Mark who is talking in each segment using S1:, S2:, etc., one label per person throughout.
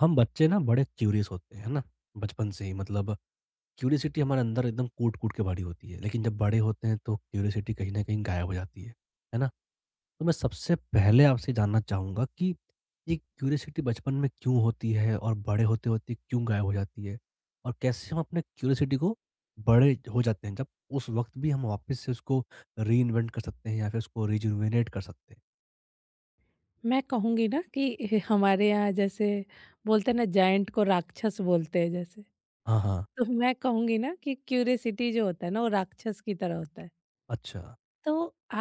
S1: हम बच्चे ना बड़े क्यूरियस होते हैं, है ना? बचपन से ही, मतलब क्यूरियसिटी हमारे अंदर एकदम कूट कूट के भरी होती है, लेकिन जब बड़े होते हैं तो क्यूरियसिटी कहीं ना कहीं गायब हो जाती है ना? तो मैं सबसे पहले आपसे जानना चाहूंगा कि ये क्यूरियसिटी बचपन में क्यों होती है और बड़े होते होते क्यों गायब हो जाती है, और कैसे हम अपने क्यूरियसिटी को, बड़े हो जाते हैं जब, उस वक्त भी हम वापस से उसको री इन्वेंट कर सकते हैं या फिर उसको रिजुविनेट कर सकते हैं।
S2: मैं कहूँगी ना कि हमारे यहाँ जैसे बोलते हैं ना, जायंट को राक्षस बोलते हैं। जैसे
S1: हाँ हाँ।
S2: तो मैं कहूँगी ना कि क्यूरियसिटी जो होता है ना, वो राक्षस की तरह होता है।
S1: अच्छा।
S2: तो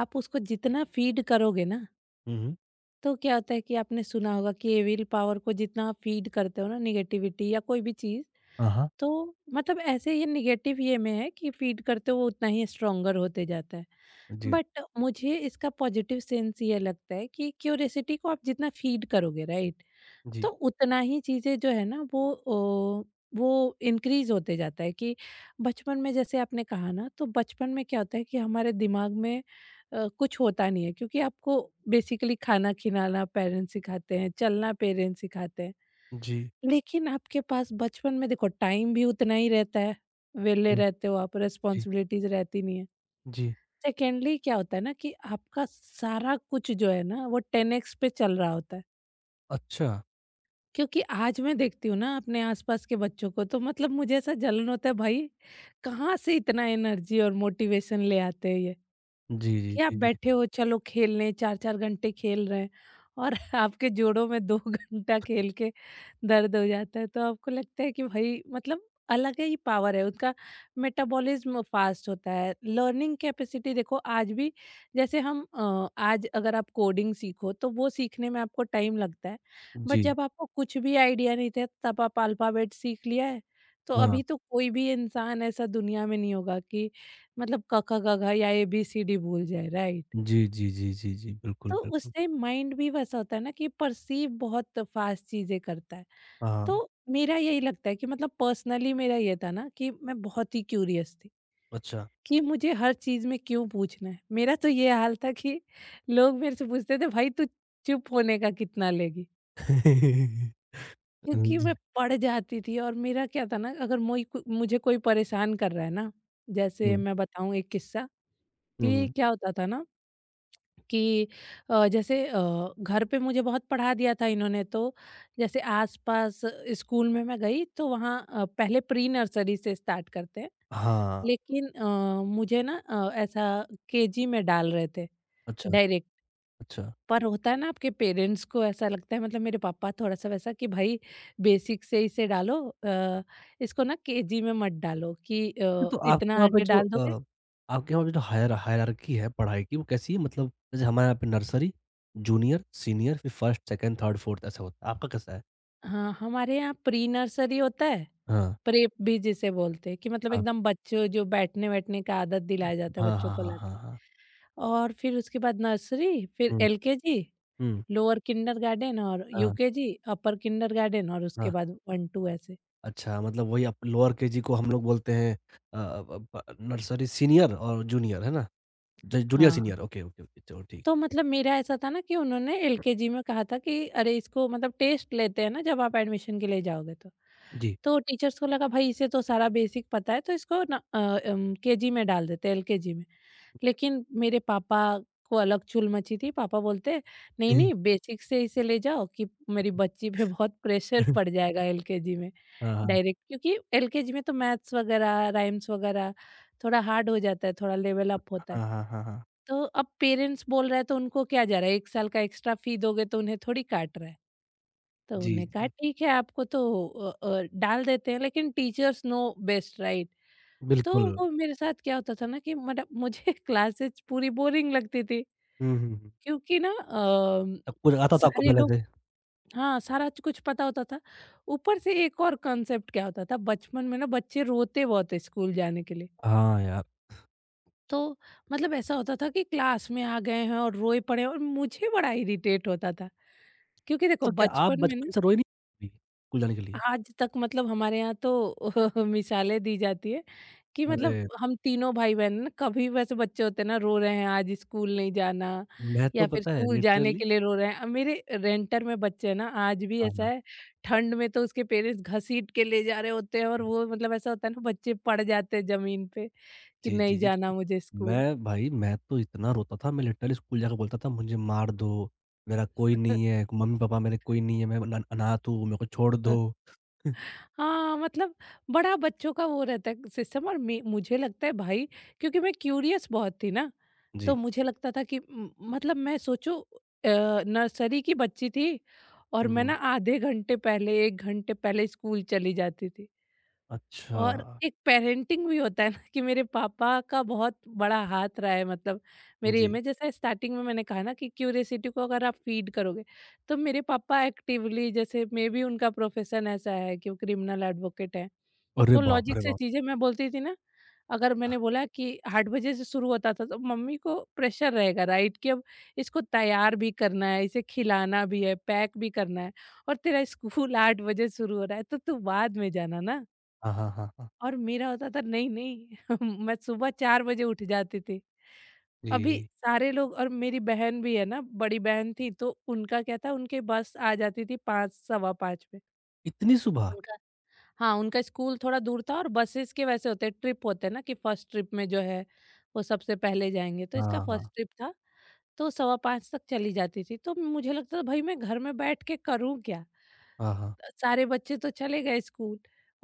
S2: आप उसको जितना फीड करोगे ना,
S1: हम्म।
S2: तो क्या होता है कि आपने सुना होगा कि ये विल पावर को जितना आप फीड करते हो ना, निगेटिविटी या कोई भी चीज़।
S1: हाँ हाँ।
S2: तो मतलब ऐसे ये निगेटिव ये में है कि फीड करते हो वो उतना ही स्ट्रोंगर होते जाता है।
S1: जी।
S2: बट मुझे इसका पॉजिटिव सेंस ये लगता है कि क्यूरियसिटी को आप जितना फीड करोगे राइट, तो
S1: जी।
S2: उतना ही चीज़ें जो है ना वो अ, वो इंक्रीज़ होते जाता है कि बचपन में जैसे आपने कहा ना, तो बचपन में क्या होता है कि हमारे दिमाग में कुछ होता नहीं है, क्योंकि आपको बेसिकली खाना खिलाना पेरेंट्स सिखाते हैं, चलना पेरेंट्स सिखाते हैं।
S1: जी।
S2: लेकिन आपके पास बचपन में देखो टाइम भी उतना ही रहता है, वेले
S1: हुँ,
S2: रहते हो आप,
S1: जी,
S2: रिस्पॉन्सिबिलिटीज़ रहती नहीं है।
S1: जी।
S2: सेकेंडली क्या होता है ना कि आपका सारा कुछ जो है ना वो 10 एक्स पे चल रहा होता है।
S1: अच्छा।
S2: क्योंकि आज मैं देखती हूँ ना अपने आसपास के बच्चों को, तो मतलब मुझे ऐसा जलन होता है भाई, कहाँ से इतना एनर्जी और मोटिवेशन ले आते हैं ये।
S1: जी, जी,
S2: कि आप
S1: जी, जी।
S2: बैठे हो चलो खेलने 4-4 घंटे खेल रहे हैं और आपके जोड़ों में 2 घंटा खेल के दर्द हो जाता है। तो आपको लगता है कि भाई मतलब अलग है, ही पावर है उनका, मेटाबॉलिज्म फास्ट होता है। लर्निंग कैपेसिटी देखो आज भी जैसे हम आज अगर आप कोडिंग सीखो तो वो सीखने में आपको टाइम लगता है। बट
S1: जी।
S2: जब आपको कुछ भी आइडिया नहीं था तब आप अल्फ़ाबेट सीख लिया है। तो
S1: हाँ।
S2: अभी तो कोई भी इंसान ऐसा दुनिया में नहीं होगा कि मतलब क ख ग घ या ए बी सी डी भूल जाए राइट।
S1: जी, जी, जी, जी, जी। बिल्कुल,
S2: तो
S1: बिल्कुल।
S2: उससे माइंड भी वैसा होता है ना कि परसीव बहुत फास्ट चीजें करता है।
S1: हाँ,
S2: तो मेरा यही लगता है कि मतलब पर्सनली मेरा ये था ना कि मैं बहुत ही क्यूरियस थी
S1: अच्छा।
S2: कि मुझे हर चीज में क्यों पूछना है, मेरा तो ये हाल था कि लोग मेरे से पूछते थे भाई तू चुप होने का कितना लेगी। क्योंकि
S1: जी।
S2: मैं पढ़ जाती थी, और मेरा क्या था ना अगर मोई मुझे कोई परेशान कर रहा है ना, जैसे
S1: हुँ,
S2: मैं बताऊं एक किस्सा कि
S1: हुँ।
S2: क्या होता था ना कि जैसे घर पे मुझे बहुत पढ़ा दिया था इन्होंने, तो जैसे आसपास स्कूल में मैं गई तो वहाँ पहले प्री नर्सरी से स्टार्ट करते हैं,
S1: हाँ,
S2: लेकिन मुझे ना ऐसा केजी में डाल रहे थे
S1: अच्छा,
S2: डायरेक्ट।
S1: अच्छा।
S2: पर होता है ना आपके पेरेंट्स को ऐसा लगता है, मतलब मेरे पापा थोड़ा सा वैसा कि भाई बेसिक से इसे डालो, अ, इसको ना केजी में मत डालो कि
S1: अच्छा, तो
S2: इतना आगे डाल दोगे।
S1: आपके वहाँ पे जो हायरार्की है पढ़ाई की, वो कैसी है? मतलब जैसे हमारे यहाँ पे नर्सरी, जूनियर, सीनियर, फिर फर्स्ट, सेकंड, थर्ड, फोर्थ ऐसा होता है। आपका कैसा है?
S2: हाँ, हमारे यहाँ प्री नर्सरी होता है,
S1: हाँ,
S2: प्रेप भी जिसे बोलते हैं कि मतलब
S1: हाँ।
S2: एकदम बच्चों जो बैठने-वैठने का आदत दिलाया जाता है
S1: हाँ,
S2: बच्चों
S1: हाँ,
S2: को
S1: हाँ, हाँ,
S2: लाके,
S1: हाँ।
S2: और फिर उसके बाद नर्सरी, फिर
S1: हुँ,
S2: एलकेजी,
S1: हुँ।
S2: लोअर किंडरगार्टन और
S1: हाँ,
S2: यूकेजी, अपर किंडरगार्टन और उसके
S1: हाँ।
S2: बाद 1-2 ऐसे।
S1: अच्छा, मतलब वही आप लोअर केजी को हम लोग बोलते हैं अ अ, ब नर्सरी, सीनियर और जूनियर, है ना? ज जूनियर
S2: हाँ,
S1: सीनियर, ओके, ओके, ओके, चलो ठीक
S2: तो
S1: है।
S2: मतलब मेरा ऐसा था ना कि उन्होंने एलकेजी में कहा था कि अरे इसको मतलब टेस्ट लेते हैं ना जब आप एडमिशन के लिए जाओगे तो।
S1: जी।
S2: तो टीचर्स को लगा भाई इसे तो सारा बेसिक पता है तो इसको ना केजी में डाल देते हैं एलकेजी में। लेकिन मेरे पापा को अलग चुल मची थी, पापा बोलते नहीं,
S1: जी।
S2: नहीं बेसिक से इसे ले जाओ कि मेरी बच्ची पे बहुत प्रेशर पड़ जाएगा एलकेजी में
S1: हाँ, हाँ।
S2: डायरेक्ट, क्योंकि एलकेजी में तो मैथ्स वगैरह, राइम्स वगैरह थोड़ा हार्ड हो जाता है, थोड़ा लेवल अप होता है।
S1: हाँ, हाँ, हाँ, हाँ।
S2: तो अब पेरेंट्स बोल रहे हैं तो उनको क्या जा रहा है, 1 साल का एक्स्ट्रा फी दोगे तो उन्हें थोड़ी काट रहा है। तो
S1: जी,
S2: उन्होंने कहा
S1: जी।
S2: ठीक है आपको तो डाल देते हैं, लेकिन टीचर्स नो बेस्ट राइट। तो
S1: बिल्कुल।
S2: वो मेरे साथ क्या होता था ना कि मतलब मुझे क्लासेस पूरी बोरिंग लगती थी
S1: हुँ, हुँ, हुँ।
S2: क्योंकि ना
S1: सब कुछ आता था आपको
S2: सारे
S1: पहले
S2: लोग
S1: से?
S2: हाँ, सारा कुछ पता होता था। ऊपर से एक और कॉन्सेप्ट क्या होता था बचपन में ना, बच्चे रोते बहुत है स्कूल जाने के लिए।
S1: हाँ, यार।
S2: तो मतलब ऐसा होता था कि क्लास में आ गए हैं और रोए पड़े हैं और मुझे बड़ा इरिटेट होता था, क्योंकि देखो
S1: तो क्या आप
S2: बचपन में
S1: बचपन
S2: ना
S1: से रोई नहीं कभी स्कूल जाने के लिए?
S2: आज तक मतलब हमारे यहाँ तो मिसालें दी जाती है कि मतलब
S1: अरे!
S2: हम तीनों भाई बहन ना कभी वैसे बच्चे होते हैं ना रो रहे हैं आज स्कूल नहीं जाना,
S1: मैं तो
S2: या फिर
S1: पता है
S2: स्कूल जाने
S1: लिटरली।
S2: के लिए रो रहे हैं। अब मेरे रेंटर में बच्चे हैं ना आज भी
S1: हाँ,
S2: ऐसा
S1: हाँ।
S2: है, ठंड में तो उसके पेरेंट्स घसीट के ले जा रहे होते हैं और वो मतलब ऐसा होता है ना बच्चे पड़ जाते हैं जमीन पे कि
S1: जी, जी,
S2: नहीं
S1: जी, क्योंकि
S2: जाना मुझे स्कूल।
S1: मैं, भाई, मैं तो इतना रोता था, मैं लिटरली स्कूल जाके बोलता था, मुझे मार दो, मेरा कोई नहीं है, मम्मी-पापा मेरे कोई नहीं है, मैं अन अनाथ हूँ, मेरे को छोड़ दो।
S2: हाँ, मतलब बड़ा बच्चों का वो रहता है सिस्टम, और मुझे लगता है भाई क्योंकि मैं क्यूरियस बहुत थी ना, तो
S1: जी।
S2: मुझे लगता था कि मतलब मैं सोचो अ, नर्सरी की बच्ची थी, और
S1: हुँ,
S2: मैं
S1: हुँ।
S2: ना ½ घंटे पहले 1 घंटे पहले स्कूल चली जाती थी।
S1: अच्छा,
S2: और एक पेरेंटिंग भी होता है ना कि मेरे पापा का बहुत बड़ा हाथ रहा है, मतलब मेरे
S1: जी।
S2: में जैसा स्टार्टिंग में मैंने कहा ना कि क्यूरियसिटी को अगर आप फीड करोगे, तो मेरे पापा एक्टिवली जैसे मे बी उनका प्रोफेशन ऐसा है कि वो क्रिमिनल एडवोकेट है।
S1: अरे
S2: तो
S1: बाप
S2: लॉजिक
S1: रे
S2: से
S1: बाप!
S2: चीजें मैं बोलती थी ना, अगर मैंने बोला कि 8 बजे से शुरू होता था तो मम्मी को प्रेशर रहेगा राइट कि अब इसको तैयार भी करना है, इसे खिलाना भी है, पैक भी करना है, और तेरा स्कूल 8 बजे शुरू हो रहा है तो तू बाद में जाना ना।
S1: हाँ, हाँ, हाँ, हाँ।
S2: और मेरा होता था नहीं, नहीं मैं सुबह 4 बजे उठ जाती थी। अभी
S1: जी,
S2: सारे लोग और मेरी बहन भी है ना, बड़ी बहन थी तो उनका क्या था, उनके बस आ जाती थी 5 सवा 5 पे।
S1: इतनी सुबह?
S2: उनका हाँ, उनका स्कूल थोड़ा दूर था और बसेस के वैसे होते हैं ट्रिप होते हैं ना कि फर्स्ट ट्रिप में जो है वो सबसे पहले जाएँगे। तो इसका
S1: हाँ,
S2: फर्स्ट
S1: हाँ।
S2: ट्रिप था तो सवा 5 तक चली जाती थी। तो मुझे लगता था भाई मैं घर में बैठ के करूँ क्या?
S1: हाँ, हाँ।
S2: सारे बच्चे तो चले गए स्कूल,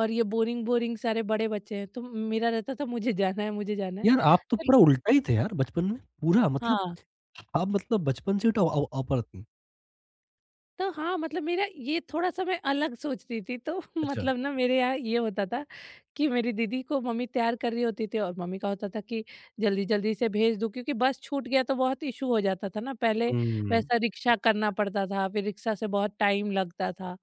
S2: और ये बोरिंग बोरिंग सारे बड़े बच्चे हैं तो मेरा रहता था मुझे जाना है मुझे जाना है।
S1: यार, आप तो
S2: तो
S1: पूरा उल्टा ही थे यार बचपन में, पूरा मतलब।
S2: हाँ,
S1: आप मतलब बचपन से ही तो अपर थी।
S2: तो हाँ मतलब मेरा ये थोड़ा सा मैं अलग सोचती थी तो
S1: अच्छा।
S2: मतलब ना मेरे यहाँ ये होता था कि मेरी दीदी को मम्मी तैयार कर रही होती थी, और मम्मी का होता था कि जल्दी जल्दी से भेज दूँ, क्योंकि बस छूट गया तो बहुत इशू हो जाता था ना पहले,
S1: हुँ,
S2: वैसा रिक्शा करना पड़ता था, फिर रिक्शा से बहुत टाइम लगता था।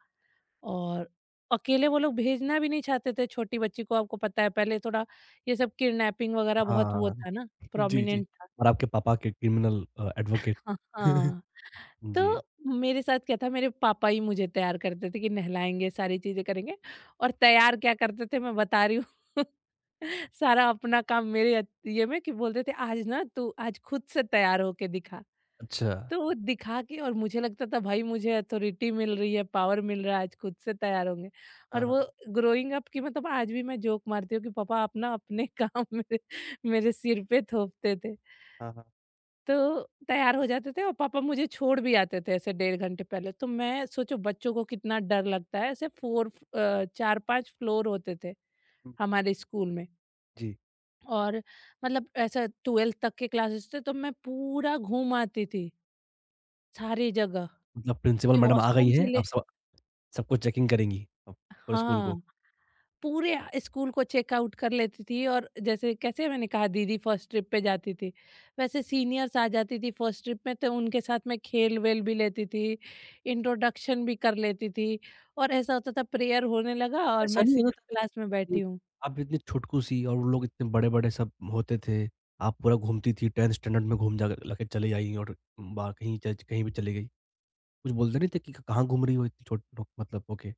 S2: और अकेले वो लोग भेजना भी नहीं चाहते थे छोटी बच्ची को, आपको पता है पहले थोड़ा ये सब किडनैपिंग वगैरह बहुत वो
S1: हाँ।
S2: था ना,
S1: जी, जी।
S2: प्रोमिनेंट था।
S1: और आपके पापा के क्रिमिनल एडवोकेट।
S2: हाँ हाँ। तो
S1: जी।
S2: मेरे साथ क्या था, मेरे पापा ही मुझे तैयार करते थे कि नहलाएंगे सारी चीजें करेंगे, और तैयार क्या करते थे मैं बता रही हूँ सारा अपना काम मेरे ये में कि बोलते थे आज ना तू आज खुद से तैयार होके दिखा।
S1: अच्छा।
S2: तो वो दिखा के और मुझे लगता था भाई मुझे अथॉरिटी मिल रही है, पावर मिल रहा है, आज खुद से तैयार होंगे।
S1: हाँ,
S2: और वो
S1: हाँ।
S2: ग्रोइंग अप की मतलब आज भी मैं जोक मारती हूँ कि पापा आप ना अपने काम मेरे मेरे सिर पे थोपते थे।
S1: हाँ, हाँ।
S2: तो तैयार हो जाते थे और पापा मुझे छोड़ भी आते थे ऐसे 1½ घंटे पहले। तो मैं सोचो बच्चों को कितना डर लगता है, ऐसे 4 4-5 फ्लोर होते थे
S1: हुँ,
S2: हमारे स्कूल में,
S1: जी।
S2: और मतलब ऐसा 12th तक के क्लासेस थे तो मैं पूरा घूम आती थी, सारी जगह।
S1: मतलब प्रिंसिपल
S2: कि
S1: मैडम आ गई
S2: वॉशरूम
S1: हैं,
S2: से ले
S1: अब सब सबको चेकिंग करेंगी, अब पूरे स्कूल को।
S2: हाँ, पूरे स्कूल को चेकआउट कर लेती थी, और जैसे कैसे मैंने कहा दीदी फर्स्ट ट्रिप पे जाती थी, वैसे सीनियर्स आ जाती थी फर्स्ट ट्रिप में, तो उनके साथ मैं खेल-वेल भी लेती थी, इंट्रोडक्शन भी कर लेती थी। और ऐसा होता था प्रेयर होने लगा और
S1: ऐसा
S2: मैं
S1: नहीं
S2: 6th
S1: होता था
S2: क्लास में बैठी
S1: कि
S2: हूँ।
S1: आप इतनी छुटकू सी और वो लोग इतने बड़े-बड़े सब होते थे, आप पूरा घूमती थी, 10th स्टैंडर्ड में घूम जा लेके चली आई और बाहर कहीं च कहीं भी चली गई। कुछ बोलते नहीं थे कि कहाँ घूम रही हो इतनी छोट लो, मतलब ओके।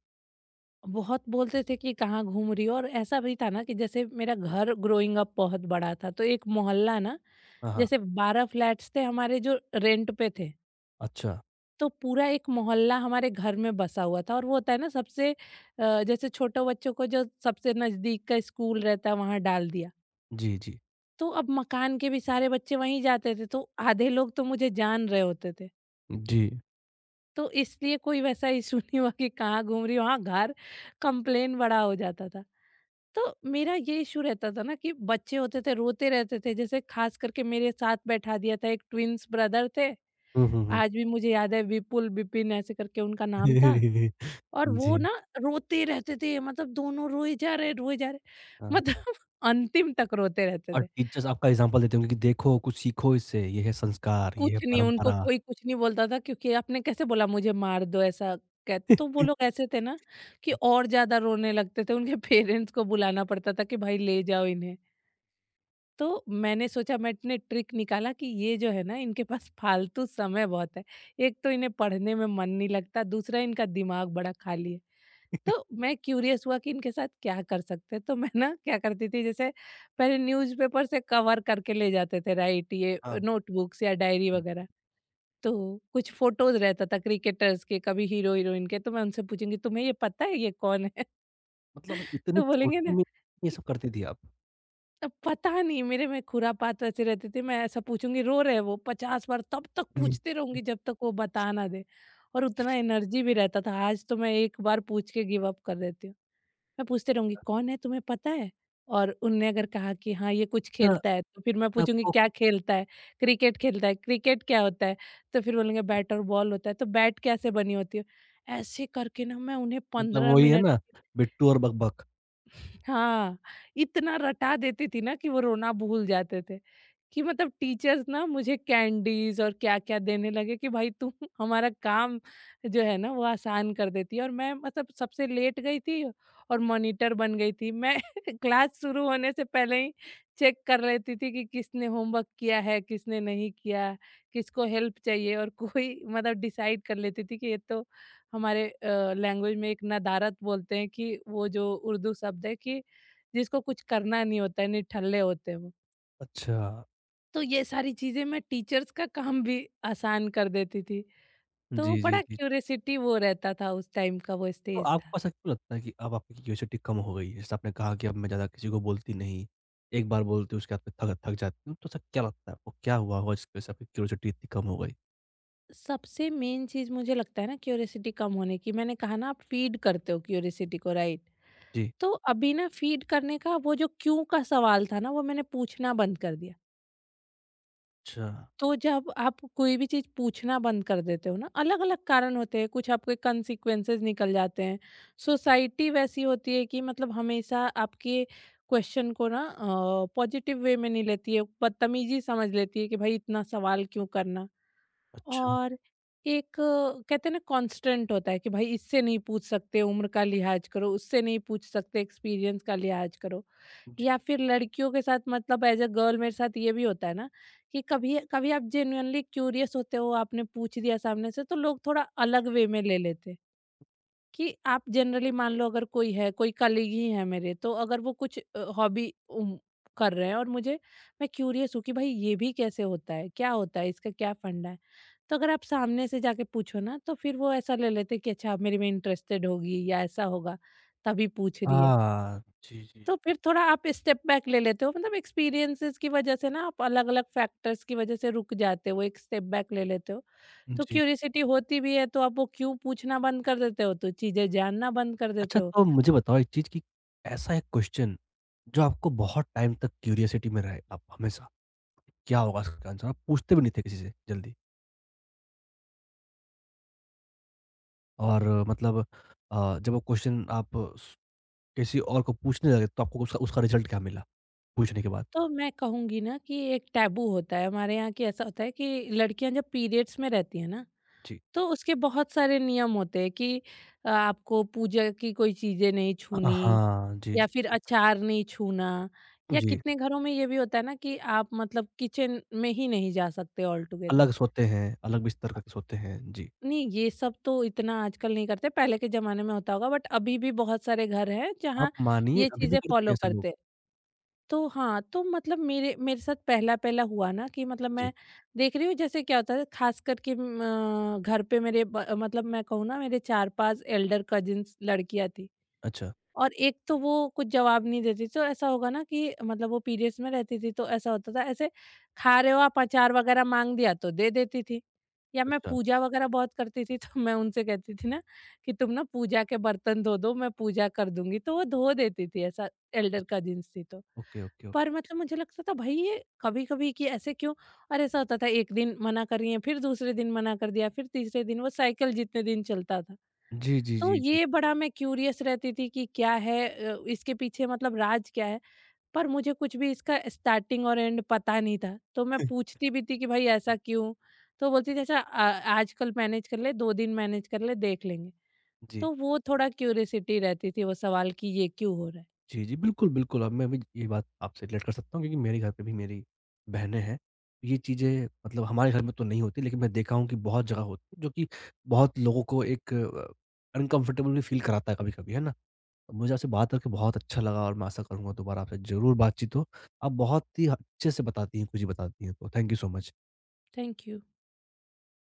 S2: बहुत बोलते थे कि कहाँ घूम रही हो, और ऐसा भी था ना कि जैसे मेरा घर ग्रोइंग अप बहुत बड़ा था, तो एक मोहल्ला ना,
S1: हाँ, हाँ।
S2: जैसे 12 फ्लैट्स थे हमारे जो रेंट पे थे।
S1: अच्छा।
S2: तो पूरा एक मोहल्ला हमारे घर में बसा हुआ था, और वो होता है ना सबसे जैसे छोटे बच्चों को जो सबसे नजदीक का स्कूल रहता है वहां डाल दिया।
S1: जी, जी।
S2: तो अब मकान के भी सारे बच्चे वहीं जाते थे, तो आधे लोग तो मुझे जान रहे होते थे।
S1: जी।
S2: तो इसलिए कोई वैसा इशू नहीं हुआ कि कहाँ घूम रही, वहां घर कंप्लेन बड़ा हो जाता था। तो मेरा ये इशू रहता था ना कि बच्चे होते थे रोते रहते थे जैसे खास करके मेरे साथ बैठा दिया था, एक ट्विंस ब्रदर थे।
S1: हुँ, हुँ, हुँ।
S2: आज भी मुझे याद है, विपुल विपिन ऐसे करके उनका नाम था। और वो
S1: जी।
S2: ना रोते रहते थे। मतलब दोनों रोए जा रहे, रोए जा रहे,
S1: हाँ।
S2: मतलब अंतिम तक रोते रहते
S1: और
S2: थे।
S1: टीचर्स आपका एग्ज़ाम्पल देते होंगे कि देखो, कुछ सीखो इससे, ये है संस्कार, ये है
S2: कुछ नहीं, उनको
S1: परंपरा।
S2: कोई कुछ नहीं बोलता था क्योंकि आपने कैसे बोला, मुझे मार दो ऐसा। कै तो वो लोग ऐसे थे ना कि
S1: अ,
S2: और ज़्यादा रोने लगते थे। उनके पेरेंट्स को बुलाना पड़ता था कि भाई ले जाओ इन्हें। तो मैंने सोचा, मैंने ट्रिक निकाला कि ये जो है ना, इनके पास फालतू समय बहुत है। एक तो इन्हें पढ़ने में मन नहीं लगता, दूसरा इनका दिमाग बड़ा खाली है। तो मैं क्यूरियस हुआ कि इनके साथ क्या कर सकते हैं, तो मैं ना क्या करती थी, जैसे पहले न्यूज़पेपर से कवर करके ले जाते थे राइट, ये
S1: हाँ,
S2: नोटबुक्स या डायरी वगैरह। तो कुछ फोटोज़ रहता था क्रिकेटर्स के, कभी हीरो-हीरोइन के, तो मैं उनसे पूछूँगी, तुम्हें ये पता है ये कौन है?
S1: मतलब इतनी
S2: तो बोलेंगे
S1: छोटी
S2: ना
S1: में ये
S2: कि
S1: सब करती थी आप?
S2: " पता नहीं"। मेरे में खुरापात वैसे रहती थी, मैं ऐसा पूछूँगी, रो रहे हैं वो, 50 बार तब तक
S1: हुँ।
S2: पूछती रहूँगी जब तक वो बता ना दे। और उतना एनर्जी भी रहता था। आज तो मैं एक बार पूछ के गिव अप कर देती हूँ। मैं पूछते रहूँगी, "कौन है, तुम्हें पता है?" और उनने अगर कहा कि हाँ, ये कुछ
S1: अच्छा,
S2: खेलता है, तो फिर मैं पूछूँगी,
S1: आपको,
S2: "क्या खेलता है?" "क्रिकेट खेलता है।" "क्रिकेट क्या होता है?" तो फिर बोलेंगे, "बैट और बॉल होता है।" "तो बैट कैसे बनी होती है?" ऐसे करके ना मैं उन्हें
S1: मतलब
S2: 15
S1: वही है
S2: मिनट,
S1: ना, बिट्टू और बक-बक।
S2: हाँ, इतना रटा देती थी ना कि वो रोना भूल जाते थे। कि मतलब टीचर्स ना मुझे कैंडीज़ और क्या-क्या देने लगे कि भाई तू हमारा काम जो है ना वो आसान कर देती है। और मैं मतलब सबसे लेट गई थी और मॉनिटर बन गई थी। मैं क्लास शुरू होने से पहले ही चेक कर लेती थी कि किसने होमवर्क किया है, किसने नहीं किया, किसको हेल्प चाहिए, और कोई मतलब डिसाइड कर लेती थी कि ये तो हमारे लैंग्वेज में एक नदारत बोलते हैं कि वो जो उर्दू शब्द है कि जिसको कुछ करना नहीं होता है, निठल्ले होते हैं वो।
S1: अच्छा,
S2: तो ये सारी चीज़ें, मैं टीचर्स का काम भी आसान कर देती थी। तो
S1: जी, जी,
S2: बड़ा
S1: जी।
S2: क्यूरियोसिटी वो रहता था, उस टाइम का वो
S1: तो
S2: स्टेज था।
S1: आपको ऐसा क्यों लगता है कि अब आपकी क्यूरियोसिटी कम हो गई है? जैसे आपने कहा कि अब मैं ज़्यादा किसी को बोलती नहीं, एक बार बोलती हूँ उसके बाद में थक थक जाती हूँ, तो ऐसा क्या लगता है आपको, क्या हुआ होगा जिसकी वजह से आपकी क्यूरियोसिटी इतनी कम हो गई?
S2: सबसे मेन चीज़ मुझे लगता है ना क्यूरियोसिटी कम होने की, मैंने कहा ना आप फीड करते हो क्यूरियोसिटी को राइट?
S1: जी।
S2: तो अभी ना फीड करने का वो जो क्यों का सवाल था ना, वो मैंने पूछना बंद कर दिया।
S1: अच्छा,
S2: तो जब आप कोई भी चीज़ पूछना बंद कर देते हो ना, अलग अलग कारण होते हैं, कुछ आपके कंसिक्वेंसेस निकल जाते हैं। सोसाइटी वैसी होती है कि मतलब हमेशा आपके क्वेश्चन को ना पॉजिटिव वे में नहीं लेती है, बदतमीजी समझ लेती है कि भाई इतना सवाल क्यों करना।
S1: अच्छा,
S2: और एक कहते हैं ना कांस्टेंट होता है कि भाई इससे नहीं पूछ सकते, उम्र का लिहाज करो, उससे नहीं पूछ सकते, एक्सपीरियंस का लिहाज करो।
S1: जी।
S2: या फिर लड़कियों के साथ, मतलब एज अ गर्ल मेरे साथ ये भी होता है ना कि कभी कभी आप जेन्युइनली क्यूरियस होते हो, आपने पूछ दिया सामने से, तो लोग थोड़ा अलग वे में ले लेते हैं। कि आप जनरली मान लो अगर कोई है, कोई कलीग ही है मेरे, तो अगर वो कुछ हॉबी कर रहे हैं, और मुझे, मैं क्यूरियस हूँ कि भाई ये भी कैसे होता है? क्या होता है? इसका क्या फंडा है? तो अगर आप सामने से जाके पूछो ना, तो फिर वो ऐसा ले लेते हैं कि अच्छा, अब मेरे में इंटरेस्टेड होगी या ऐसा होगा, तभी पूछ रही है।
S1: हाँ, जी, जी।
S2: तो फिर थोड़ा आप स्टेप बैक ले लेते हो, मतलब एक्सपीरियंसेस की वजह से ना, आप अलग-अलग फैक्टर्स की वजह से रुक जाते हो, एक स्टेप बैक ले लेते हो। तो
S1: जी।
S2: क्यूरियसिटी होती भी है तो आप वो क्यों पूछना बंद कर देते हो, तो चीजें जानना बंद कर देते
S1: अच्छा,
S2: हो।
S1: तो मुझे बताओ एक चीज़ कि ऐसा एक क्वेश्चन जो आपको बहुत टाइम तक क्यूरियोसिटी में रहे, आप हमेशा, क्या होगा इसका आंसर? आप पूछते भी नहीं थे किसी से जल्दी और मतलब जब वो क्वेश्चन आप स किसी और को पूछने लगे, तो आपको उसका उसका रिज़ल्ट क्या मिला पूछने के बाद?
S2: तो मैं कहूंगी ना कि एक टैबू होता है हमारे यहाँ की, ऐसा होता है कि लड़कियां जब पीरियड्स में रहती है ना,
S1: जी।
S2: तो उसके बहुत सारे नियम होते हैं कि आपको पूजा की कोई चीजें नहीं
S1: अ,
S2: छूनी,
S1: हाँ। जी,
S2: या
S1: जी,
S2: फिर
S1: जी।
S2: अचार नहीं छूना, या
S1: जी,
S2: कितने घरों में ये भी होता है ना कि आप मतलब किचन में ही नहीं जा सकते ऑल टुगेदर।
S1: अलग सोते हैं, अलग बिस्तर करके सोते हैं। जी,
S2: नहीं, ये सब तो इतना आजकल नहीं करते, पहले के ज़माने में होता होगा, बट अभी भी बहुत सारे घर हैं
S1: आप
S2: जहाँ
S1: मानिए
S2: ये
S1: अभी भी
S2: चीज़ें
S1: करते हैं
S2: फ़ॉलो
S1: ऐसे लोग।
S2: करते हैं। तो हाँ, तो मतलब मेरे मेरे साथ पहला-पहला हुआ ना कि मतलब मैं
S1: जी,
S2: देख रही हूँ जैसे क्या होता है, ख़ास करके घर पे मेरे ब, मतलब मैं कहूँ ना, मेरे 4-5 एल्डर कज़िन्स लड़कियाँ थी।
S1: अच्छा,
S2: और एक तो वो कुछ जवाब नहीं देती, तो ऐसा होगा ना कि मतलब वो पीरियड्स में रहती थी, तो ऐसा होता था, ऐसे खा रहे हो आप अचार वगैरह मांग दिया तो दे देती थी। या मैं
S1: अच्छा,
S2: पूजा वगैरह बहुत करती थी तो मैं उनसे कहती थी ना कि तुम ना पूजा के बर्तन धो दो, मैं पूजा कर दूंगी, तो वो धो देती थी। ऐसा एल्डर
S1: अच्छा।
S2: कजिन्स थी तो।
S1: Okay, okay, okay.
S2: पर मतलब मुझे लगता था भाई, ये कभी कभी, कि ऐसे क्यों? और ऐसा होता था, एक दिन मना करिए, फिर दूसरे दिन मना कर दिया, फिर तीसरे दिन, वो साइकिल जितने दिन चलता था।
S1: जी, जी,
S2: तो
S1: जी, जी।
S2: ये बड़ा मैं क्यूरियस रहती थी कि क्या है इसके पीछे, मतलब राज क्या है? पर मुझे कुछ भी इसका स्टार्टिंग और एंड पता नहीं था। तो मैं पूछती भी थी कि भाई ऐसा क्यों? तो बोलती थी, अच्छा आजकल मैनेज कर ले, 2 दिन मैनेज कर ले, देख लेंगे।
S1: जी।
S2: तो वो थोड़ा क्यूरियोसिटी रहती थी, वो सवाल कि ये क्यों हो रहा है?
S1: जी, जी। बिल्कुल, बिल्कुल। अब मैं भी ये बात आपसे रिलेट कर सकता हूँ, क्योंकि मेरे घर पे भी मेरी बहनें हैं। ये चीज़ें मतलब हमारे घर में तो नहीं होती, लेकिन मैं देखा हूँ कि बहुत जगह होती है जो कि बहुत लोगों को एक अनकम्फ़र्टेबल भी फ़ील कराता है कभी-कभी, है ना? तो मुझे आपसे बात करके बहुत अच्छा लगा और मैं आशा करूँगा दोबारा आपसे ज़रूर बातचीत हो। आप बहुत ही अच्छे से बताती हैं, कुछ ही बताती हैं। तो thank you so much.
S2: Thank you.